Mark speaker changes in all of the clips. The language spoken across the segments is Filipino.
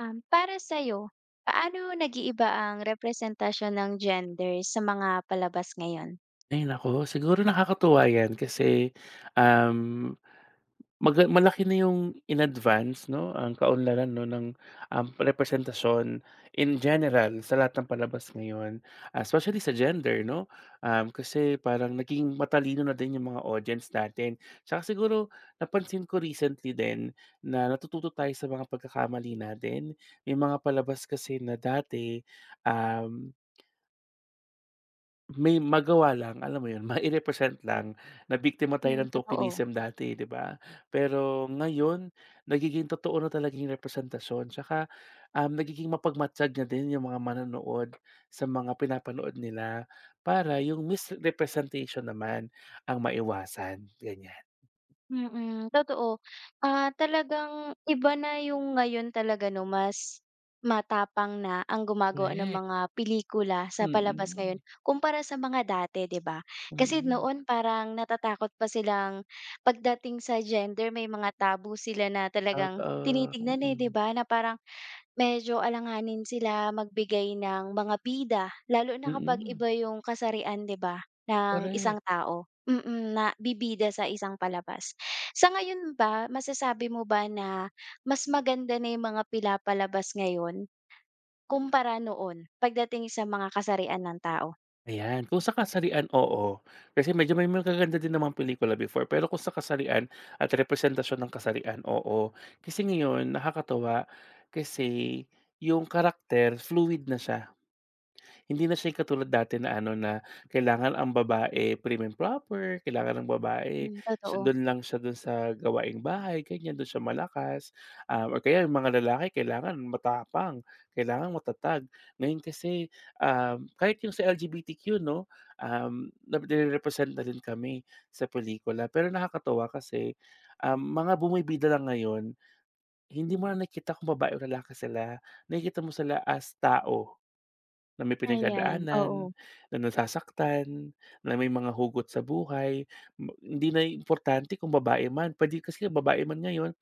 Speaker 1: Para sa'yo, paano nag-iiba ang representasyon ng gender sa mga palabas ngayon?
Speaker 2: Ay naku, siguro nakakatuwa 'yan kasi, um, malaki na yung in advance 'no, ang kaunlaran 'no ng, representasyon in general sa lahat ng palabas ngayon, especially sa gender 'no. Kasi parang naging matalino na din yung mga audience natin. Tsaka siguro napansin ko recently din na natututo tayo sa mga pagkakamali natin. May mga palabas kasi na dati, um may magawa lang, alam mo 'yun, mai-represent lang na biktima tayo
Speaker 1: Hmm,
Speaker 2: ng
Speaker 1: totoo.
Speaker 2: tokenism dati, 'di ba? Pero ngayon, nagiging totoo na talaga yung representasyon tsaka, nagiging mapagmatsag na din yung mga manonood sa mga pinapanood nila para yung misrepresentation naman ang maiwasan, ganiyan.
Speaker 1: Mm, totoo. Ah, talagang iba na yung ngayon talaga 'no, mas matapang na ang gumagawa ng
Speaker 2: Korek.
Speaker 1: mga pelikula sa palabas ngayon
Speaker 2: Mm,
Speaker 1: kumpara sa mga dati, 'di ba? Kasi
Speaker 2: mm.
Speaker 1: noon parang natatakot pa silang pagdating sa gender, may mga tabu sila na talagang
Speaker 2: Totoo,
Speaker 1: tinitignan, eh, 'di
Speaker 2: mm,
Speaker 1: ba, na parang medyo alanganin sila magbigay ng mga bida, lalo na kapag
Speaker 2: mm.
Speaker 1: iba yung kasarian 'di ba, ng isang
Speaker 2: Korek.
Speaker 1: tao. Mm, na bibida sa isang palabas. Sa ngayon ba, masasabi mo ba na mas maganda na yung mga pinapalabas ngayon kumpara noon pagdating sa mga kasarian ng tao?
Speaker 2: Ayan, kung sa kasarian, oo. Kasi medyo may mga magaganda din namang pelikula before, pero kung sa kasarian at representasyon ng kasarian, oo. Kasi ngayon nakakatuwa kasi yung karakter fluid na siya. Hindi na siya yung katulad dati na ano na kailangan ang babae prim and proper, kailangan ng babae
Speaker 1: Hmm,
Speaker 2: sa
Speaker 1: totoo,
Speaker 2: do'n lang siya do'n sa gawaing bahay ganyan, do'n siya malakas, or kaya yung mga lalaki kailangan matapang, kailangan matatag. Ngayon kasi, kahit yung sa LGBTQ 'no, na represent na din kami sa pelikula. Pero nakakatuwa kasi, mga bumibida lang ngayon, hindi mo na nakikita kung babae o lalaki sila, nakikita mo sila as tao. Na may
Speaker 1: ayan,
Speaker 2: pinagdadaanan,
Speaker 1: oo.
Speaker 2: na nasasaktan, na may mga hugot sa buhay, hindi na importante kung babae man, puwede kasi babae man ngayon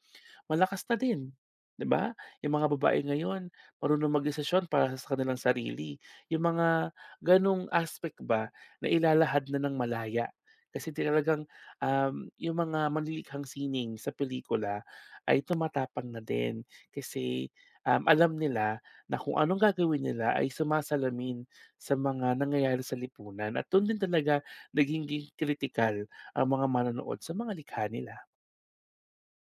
Speaker 2: malakas na din, 'di ba? Yung mga babae ngayon marunong magdesisyon para sa kanilang sarili. Yung mga gano'ng aspect ba na ilalahad na ng malaya. Kasi talagang, yung mga malilikhang sining sa pelikula ay tumatapang na din kasi, alam nila na kung anong gagawin nila ay sumasalamin sa mga nangyayari sa lipunan at dun din talaga nagiging kritikal ang mga manonood sa mga likha nila.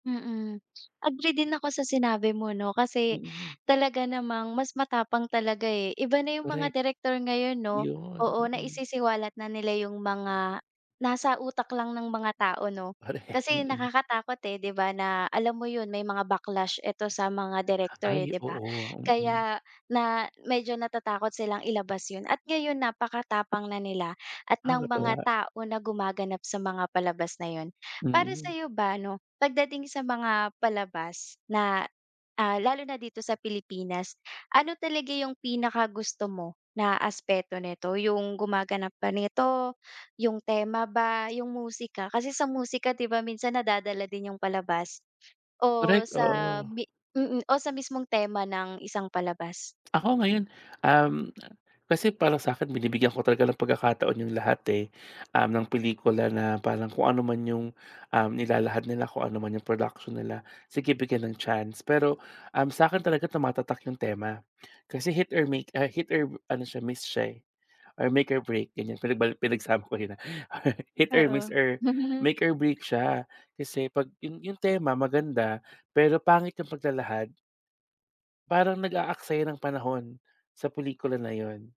Speaker 1: Mm. Agree din ako sa sinabi mo 'no, kasi
Speaker 2: Mm,
Speaker 1: talaga namang mas matapang talaga, eh. Iba na yung mga
Speaker 2: korek.
Speaker 1: direktor ngayon 'no,
Speaker 2: Yun,
Speaker 1: oo,
Speaker 2: mm.
Speaker 1: naisisiwalat na nila yung mga nasa utak lang ng mga tao 'no.
Speaker 2: Korek,
Speaker 1: Kasi
Speaker 2: mm.
Speaker 1: nakakatakot, eh, 'di ba, na alam mo yun may mga backlash ito sa mga direktor, eh,
Speaker 2: Ay,
Speaker 1: 'di ba?
Speaker 2: oo, mm.
Speaker 1: Kaya na medyo natatakot silang ilabas yun at ngayon napakatapang na nila at ng mga
Speaker 2: Nakakatuwa,
Speaker 1: tao na gumaganap sa mga palabas na yun. Para
Speaker 2: mm.
Speaker 1: sa'yo ba 'no, pagdating sa mga palabas na, ah, lalo na dito sa Pilipinas, ano talaga yung pinakagusto mo na aspeto nito? Yung gumaganap ba nito, yung tema ba, yung musika? Kasi sa musika 'di ba minsan nadadala din yung palabas o
Speaker 2: Korek,
Speaker 1: sa
Speaker 2: oo.
Speaker 1: mi mm, mm, o sa mismong tema ng isang palabas.
Speaker 2: Ako ngayon, um, kasi para sa'kin binibigyan ko talaga ng pagkakataon yung lahat, eh, ng pelikula na parang kung ano man yung, nilalahad nila, kung ano man yung production nila, sige bigyan ng chance. Pero, sa'kin talaga tumatatak yung tema. Kasi hit or ano siya, miss siya, eh. Or make or break ganyan pinagsama ko yun, Hit or
Speaker 1: Oo.
Speaker 2: miss or make or break siya kasi 'pag yung tema maganda pero pangit yung paglalahad, parang nag-aaksaya ng panahon sa pelikula na yun.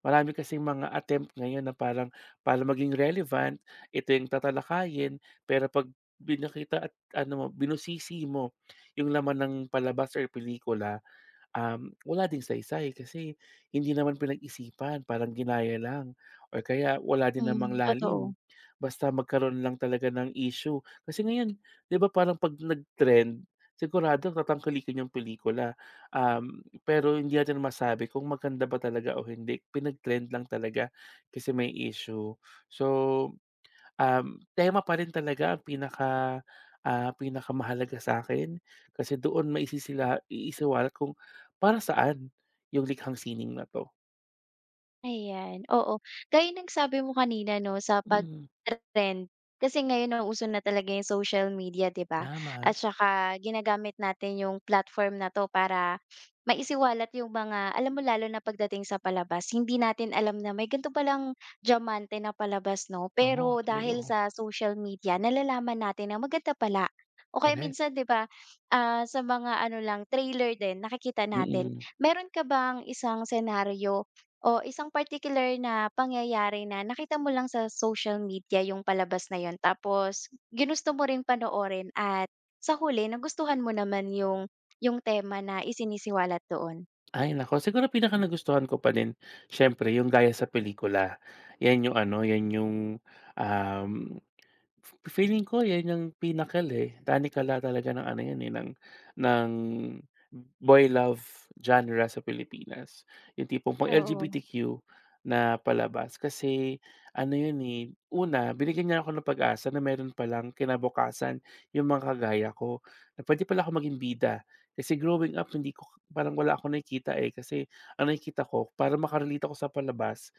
Speaker 2: Marami kasing mga attempt ngayon na parang para maging relevant, ito yung tatalakayin pero 'pag pinakita at ano mo, binusisi mo yung laman ng palabas or pelikula. Wala ding saysay kasi hindi naman pinag-isipan, parang ginaya lang or kaya wala din namang
Speaker 1: Hmm, totoo.
Speaker 2: lalim. Basta magkaroon lang talaga ng issue. Kasi ngayon, 'di ba parang 'pag nag-trend, sigurado tatangkilikin yung pelikula. Pero hindi natin masabi kung maganda ba talaga o hindi, pinag-trend lang talaga kasi may issue. So, tema pa rin talaga ang pinakamahalaga sa akin kasi doon iisiwalat kung para saan yung likhang sining na 'to.
Speaker 1: Ayan, oo. Gaya ng sabi mo kanina 'no, sa pag
Speaker 2: Mm.
Speaker 1: trend kasi ngayon nauso na talaga yung social media, 'di ba?
Speaker 2: Tama,
Speaker 1: At saka ginagamit natin yung platform na 'to para maisiwalat yung mga alam mo lalo na pagdating sa palabas, hindi natin alam na may ganito palang diyamante na palabas 'no,
Speaker 2: oo,
Speaker 1: pero dahil
Speaker 2: oo,
Speaker 1: sa social media nalalaman natin na maganda pala. O kaya
Speaker 2: correct.
Speaker 1: minsan 'di ba, ah, sa mga ano lang, trailer din nakikita natin.
Speaker 2: Mm.
Speaker 1: Meron ka bang isang senaryo o isang particular na pangyayari na nakita mo lang sa social media yung palabas na yun tapos ginusto mo ring panoorin at sa huli nagustuhan mo naman yung tema na isinisiwalat doon?
Speaker 2: Ay naku, siguro pinaka nagustuhan ko pa din siyempre yung gaya sa pelikula. Yan yung ano, yan yung, um feeling ko 'yan yung pinnacle, eh, tanikala talaga ng ano 'yan, eh, ng boy love genre sa Pilipinas. Yung tipong pang
Speaker 1: Oo.
Speaker 2: LGBTQ na palabas kasi ano 'yun, eh, una binigyan niya ako ng pag-asa na meron palang kinabukasan yung mga kagaya ko, na puwede pala ako maging bida. Kasi growing up hindi ko parang wala akong nakikita, eh, kasi ang nakikita ko para makarelate ako sa palabas,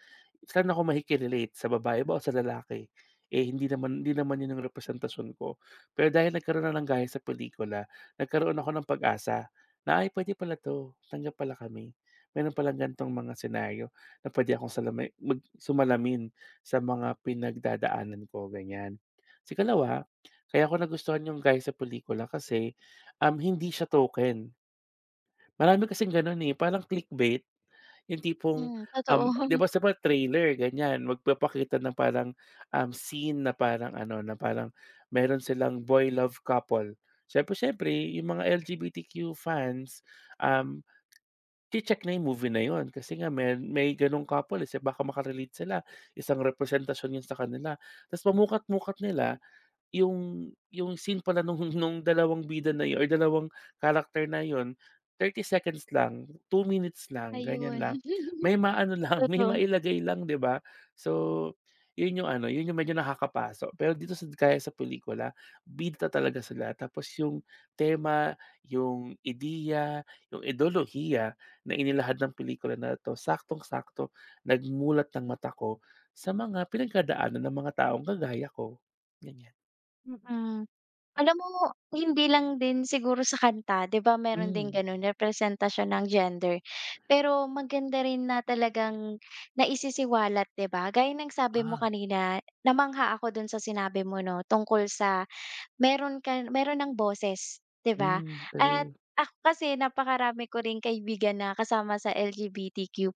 Speaker 2: saan ako sa babae ba o sa lalaki? Eh, hindi naman 'yun ang representasyon ko. Pero dahil nagkaroon na ng gaya sa pelikula, nagkaroon ako ng pag-asa na, "Ay puwede pala 'to, tanggap pala kami. Meron palang ganitong mga senaryo na puwede akong salami mag sumalamin sa mga pinagdadaanan ko," ganiyan. Sa ikalawa, kaya ko nagustuhan 'yung gaya sa pelikula kasi, hindi siya token. Marami kasing gano'n, eh, parang clickbait. Yung tipong,
Speaker 1: Hmm, totoo.
Speaker 2: 'di ba sa mga trailer ganyan, magpapakita ng parang, scene na parang ano, na parang meron silang boy love couple. Siyempre, siyempre yung mga LGBTQ fans, um, check na yung movie na yun kasi nga may ganong couple, eh, so baka sila, isang representasyon yun sa kanila. Tapos pamukat-mukat nila yung scene pala nung nung dalawang bida na yun or dalawang character na yun, 30 seconds lang, 2 minutes lang, ganyan
Speaker 1: Ayun.
Speaker 2: lang. May maano lang, may
Speaker 1: Totoo.
Speaker 2: mailagay lang, 'di ba? So, yun yung ano, yun yung medyo nakakapaso. Pero dito sa gaya sa pelikula, bida talaga sila tapos yung tema, yung ideya, yung ideolohiya na inilahad ng pelikula na 'to, saktong-sakto nagmulat ng mata ko sa mga pinagdadaanan ng mga taong kagaya ko, ganyan.
Speaker 1: Mm. Mm. Alam mo, hindi lang din siguro sa kanta, 'di ba meron din
Speaker 2: Hmm.
Speaker 1: gano'n, representasyon ng gender. Pero maganda rin na talagang naisisiwalat, 'di ba? Gaya ng sabi mo
Speaker 2: Ah,
Speaker 1: kanina, namangha ako do'n sa sinabi mo 'no, tungkol sa Meron ng boses, 'di ba?
Speaker 2: hmm,
Speaker 1: At
Speaker 2: true.
Speaker 1: ako kasi napakarami ko ring kaibigan na kasama sa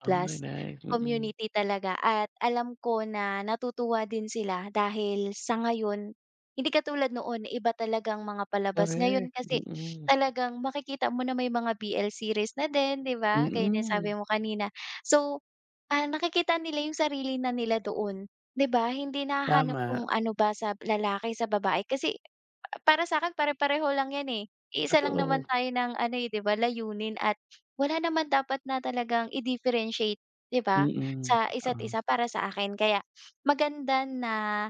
Speaker 2: Ay, nice, mm.
Speaker 1: community talaga at alam ko na natutuwa din sila dahil sa ngayon, hindi katulad noon iba talagang mga palabas. Ngayon
Speaker 2: Correct,
Speaker 1: kasi
Speaker 2: mm.
Speaker 1: talagang makikita mo na may mga BL series na din, 'di ba? Gaya ng
Speaker 2: Mm,
Speaker 1: sabi mo kanina. So, ah, nakikita nila yung sarili na nila doon, 'di ba? Hindi nahanap
Speaker 2: tama.
Speaker 1: kung ano ba sa lalaki, sa babae kasi para sa'kin pare-pareho lang 'yan, eh. Iisa lang
Speaker 2: Totoo,
Speaker 1: naman tayo ng ano, eh, 'di ba, layunin at wala naman dapat na talagang i-differentiate, 'di ba,
Speaker 2: mm,
Speaker 1: sa isa't
Speaker 2: totoo.
Speaker 1: isa para sa akin. Kaya maganda na,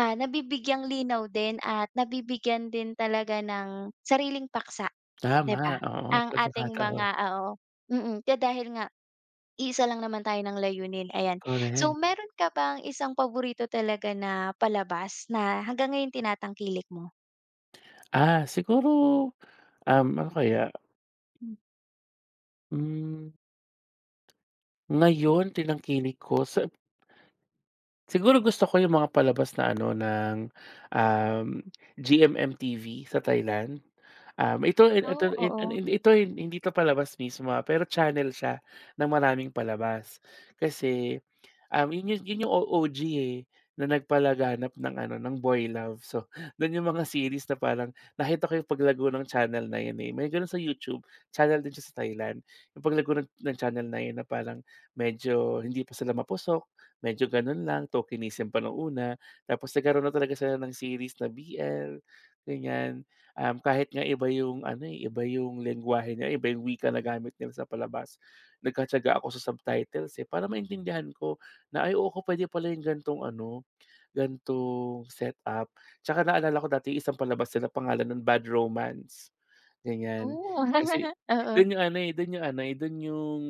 Speaker 1: ah, nabibigyang linaw din at nabibigyan din talaga ng sariling paksa, 'di
Speaker 2: Tama,
Speaker 1: ba,
Speaker 2: oo,
Speaker 1: ang ating
Speaker 2: pagkakataon,
Speaker 1: mga oo, mm. Kaya dahil nga iisa lang naman tayo ng layunin, ayan. So,
Speaker 2: correct.
Speaker 1: meron ka bang isang paborito talaga na palabas na hanggang ngayon tinatangkilik mo?
Speaker 2: Ah, siguro, ano kaya, hmm, ngayon tinangkilik ko sa Siguro gusto ko yung mga palabas na ano ng, um, GMMTV sa Thailand. Ito
Speaker 1: Oh,
Speaker 2: ito ito
Speaker 1: oo.
Speaker 2: ito, hindi 'to palabas mismo, pero channel siya ng maraming palabas. Kasi, yun yun yun yung OG eh, na nagpalaganap ng ano, ng boy love. So, dun yung mga series na parang nakita ko yung paglago ng channel na yun eh. May ganun sa YouTube, channel din siya sa Thailand. Yung paglago ng channel na yun na parang medyo hindi pa sila mapusok, medyo ganun lang, tokenism pa nung una. Tapos nagkaroon na talaga sila ng series na BL, ganyan. Kahit nga iba yung ano eh, iba yung lengguwahe niya, iba yung wika na gamit nila sa palabas. Nagkatiyaga ako sa subtitles eh, para maintindihan ko na, "Ay oo, puwede pala yung gantong ano, gantong setup." Tsaka naalala ko dati isang palabas nila pangalan nun Bad Romance, ganyan.
Speaker 1: Oh,
Speaker 2: Kasi
Speaker 1: oo,
Speaker 2: dun yung ano, eh, dun yung ano, eh, dun yung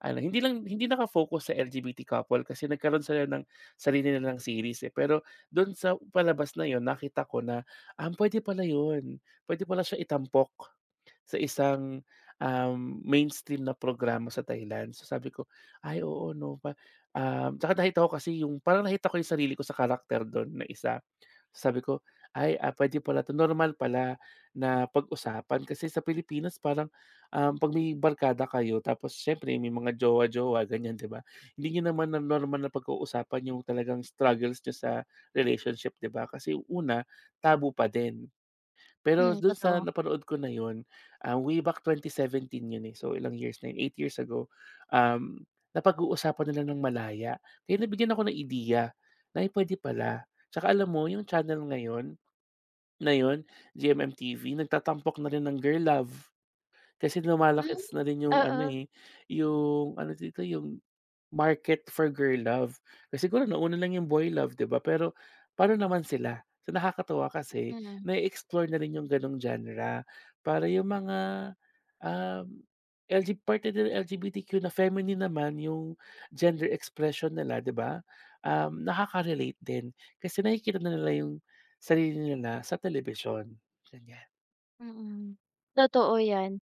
Speaker 2: ano, hindi naka-focus sa LGBT couple kasi nagkaroon sila ng sarili nilang series, eh. Pero dun sa palabas na yon nakita ko na, puwede pala yun, puwede pala siya itampok. Sa isang, um, mainstream na programa sa Thailand. So sabi ko, "Ay oo 'no," tsaka nakita ko kasi yung parang nakita ko yung sarili ko sa karakter dun na isa. Sabi ko, "Ay, puwede pala 'to, normal pala na pag-usapan." Kasi sa Pilipinas parang, 'pag may barkada kayo tapos siyempre may mga jowa-jowa ganyan, 'di ba? Hindi niyo naman na normal na pag-uusapan yung talagang struggles niyo sa relationship, 'di ba? Kasi una, tabu pa din. Pero
Speaker 1: hmm,
Speaker 2: dun sa
Speaker 1: totoo.
Speaker 2: napanood ko na yun, way back 2017 yun, eh. So, ilang years na yun, 8 years ago, um, napag-uusapan nila ng malaya. Kaya nabigyan ako ng ideya na, "Ay, puwede pala." Tsaka alam mo yung channel ngayon na yun, GMMTV, nagtatampok na rin ng girl love. Kasi lumalaki
Speaker 1: Hmm,
Speaker 2: na rin yung ano,
Speaker 1: oo,
Speaker 2: eh, yung ano dito, yung market for girl love. Kasi siguro nauna lang yung boy love 'di ba, pero pa'no naman sila? So nakakatuwa kasi
Speaker 1: hmm.
Speaker 2: na explore na rin yung gano'ng genre para yung mga, um, parte din ng LGBTQ na feminine naman yung gender expression nila 'di ba? Nakaka-relate din kasi nakikita na nila yung sarili nila sa telebisyon, ganyan.
Speaker 1: Mm, totoo 'yan.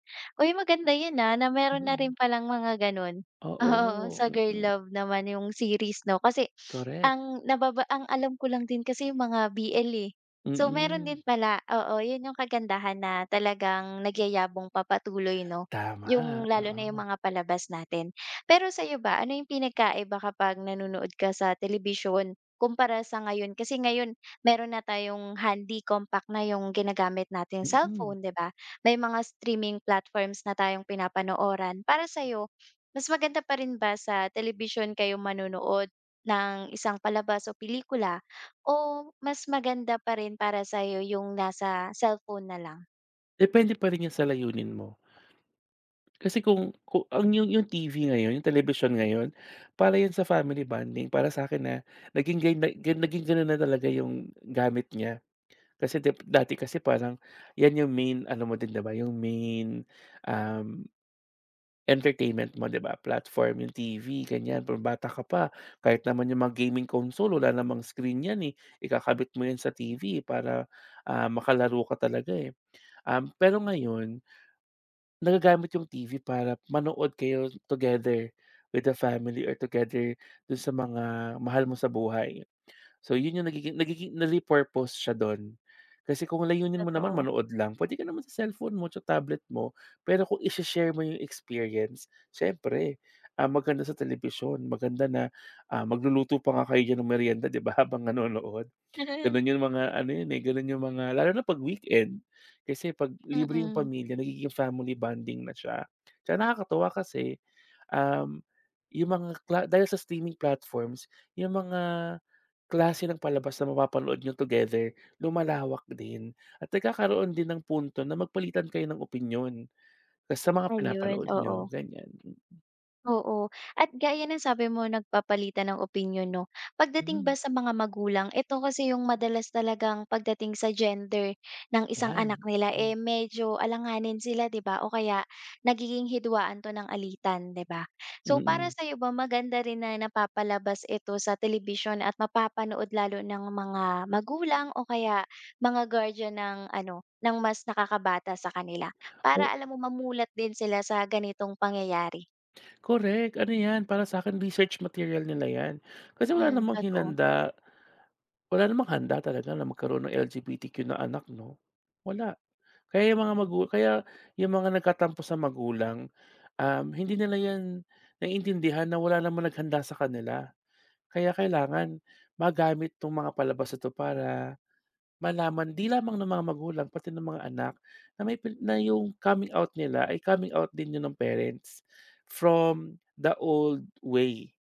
Speaker 1: Uy, maganda 'yun, ah, na meron na rin
Speaker 2: Mm.
Speaker 1: palang mga gano'n.
Speaker 2: Oo,
Speaker 1: Oo, sa Girl
Speaker 2: mm,
Speaker 1: Love naman yung series 'no, kasi
Speaker 2: correct.
Speaker 1: ang alam ko lang din kasi yung mga BL, eh. So, meron
Speaker 2: Mm.
Speaker 1: din pala, oo, 'yun yung kagandahan na talagang nagyayabong papatuloy 'no,
Speaker 2: Tama,
Speaker 1: yung lalo na yung
Speaker 2: oo,
Speaker 1: mga palabas natin. Pero sa'yo ba, ano yung pinagkaiba kapag nanonood ka sa telebisyon kumpara sa ngayon? Kasi ngayon meron na tayong handy compact na yung ginagamit nating
Speaker 2: mm.
Speaker 1: cellphone, 'di ba? May mga streaming platforms na tayong pinapanooran. Para sa'yo, mas maganda pa rin ba sa telebisyon kayo manonood ng isang palabas o pelikula o mas maganda pa rin para sa yung nasa cellphone na lang?
Speaker 2: Depende pa rin 'yan sa layunin mo. Kasi kung ang yung TV ngayon, yung television ngayon, para 'yan sa family bonding. Para sa akin na naging gano'n na talaga yung gamit niya. Kasi dati kasi parang 'yan yung main ano mo din, 'di ba, yung main, um, entertainment mo, 'di ba, platform, yung TV, ganyan. Kung bata ka pa, kahit naman yung mga gaming console, wala namang screen 'yan, eh. Ikakabit mo 'yan sa TV para, makalaro ka talaga, eh. Pero ngayon nagagamit yung TV para manood kayo together with the family or together dun sa mga mahal mo sa buhay. So yun yung nagiging nagiging nare-purpose siya dun. Kasi kung layunin mo naman
Speaker 1: Totoo.
Speaker 2: manood lang, pwede ka naman sa cellphone mo sa tablet mo. Pero kung ishe-share mo yung experience, siyempre, maganda sa telebisyon, maganda na, magluluto pa nga kayo diyan ng meryenda 'di ba habang nanonood. Gano'n yung mga ano yun, eh, gano'n yung mga lalo na 'pag weekend. Kasi 'pag libre yung
Speaker 1: Mm,
Speaker 2: pamilya nagiging family bonding na siya. Tsaka nakakatuwa kasi, um, yung mga kla dahil sa streaming platforms, yung mga klase ng palabas na mapapanood niyo together lumalawak din at nagkakaroon din ng punto na magpalitan kayo ng opinyon tas sa mga
Speaker 1: ayun,
Speaker 2: pinapanood
Speaker 1: oo.
Speaker 2: niyo, ganyan. Mm,
Speaker 1: Oo, at gaya ng sabi mo nagpapalitan ng opinyon 'no. Pagdating
Speaker 2: mm.
Speaker 1: ba sa mga magulang, ito kasi yung madalas talagang pagdating sa gender ng isang anak
Speaker 2: 'Yan.
Speaker 1: nila,
Speaker 2: Hmm,
Speaker 1: eh, medyo alanganin sila 'di ba o kaya nagiging hidwaan 'to ng alitan 'di ba? So para
Speaker 2: mm.
Speaker 1: sa'yo ba maganda rin na napapalabas ito sa telebisyon at mapapanood lalo ng mga magulang o kaya mga guardian ng ano, ng mas nakakabata sa kanila?
Speaker 2: O
Speaker 1: Para alam mo mamulat din sila sa ganitong pangyayari.
Speaker 2: Correct, ano 'yan para sa akin, research material nila 'yan. Kasi
Speaker 1: Hmm, totoo,
Speaker 2: wala namang handa talaga na magkaroon ng LGBTQ na anak 'no, wala. Kaya yung mga nagkatampo sa magulang, hindi nila 'yan naiintindihan na wala namang naghanda sa kanila. Kaya kailangan magamit 'tong mga palabas na 'to para malaman 'di lamang ng mga magulang pati ng mga anak na may pi na yung coming out nila ay coming out din yun ng parents from the old way.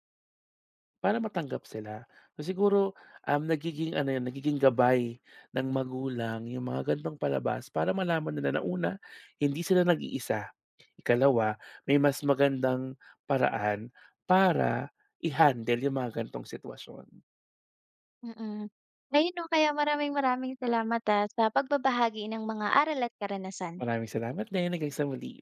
Speaker 2: Para matanggap sila. So siguro, nagiging ano 'yun, nagiging gabay ng magulang yung mga ganitong palabas para malaman nila na una, hindi sila nag-iisa. Ikalawa, may mas magandang paraan para i-handle yung mga ganitong sitwasyon.
Speaker 1: mm. Ayun 'no, kaya maraming maraming salamat, ah, sa pagbabahagi ng mga aral at karanasan.
Speaker 2: Maraming salamat din, hanggang sa muli.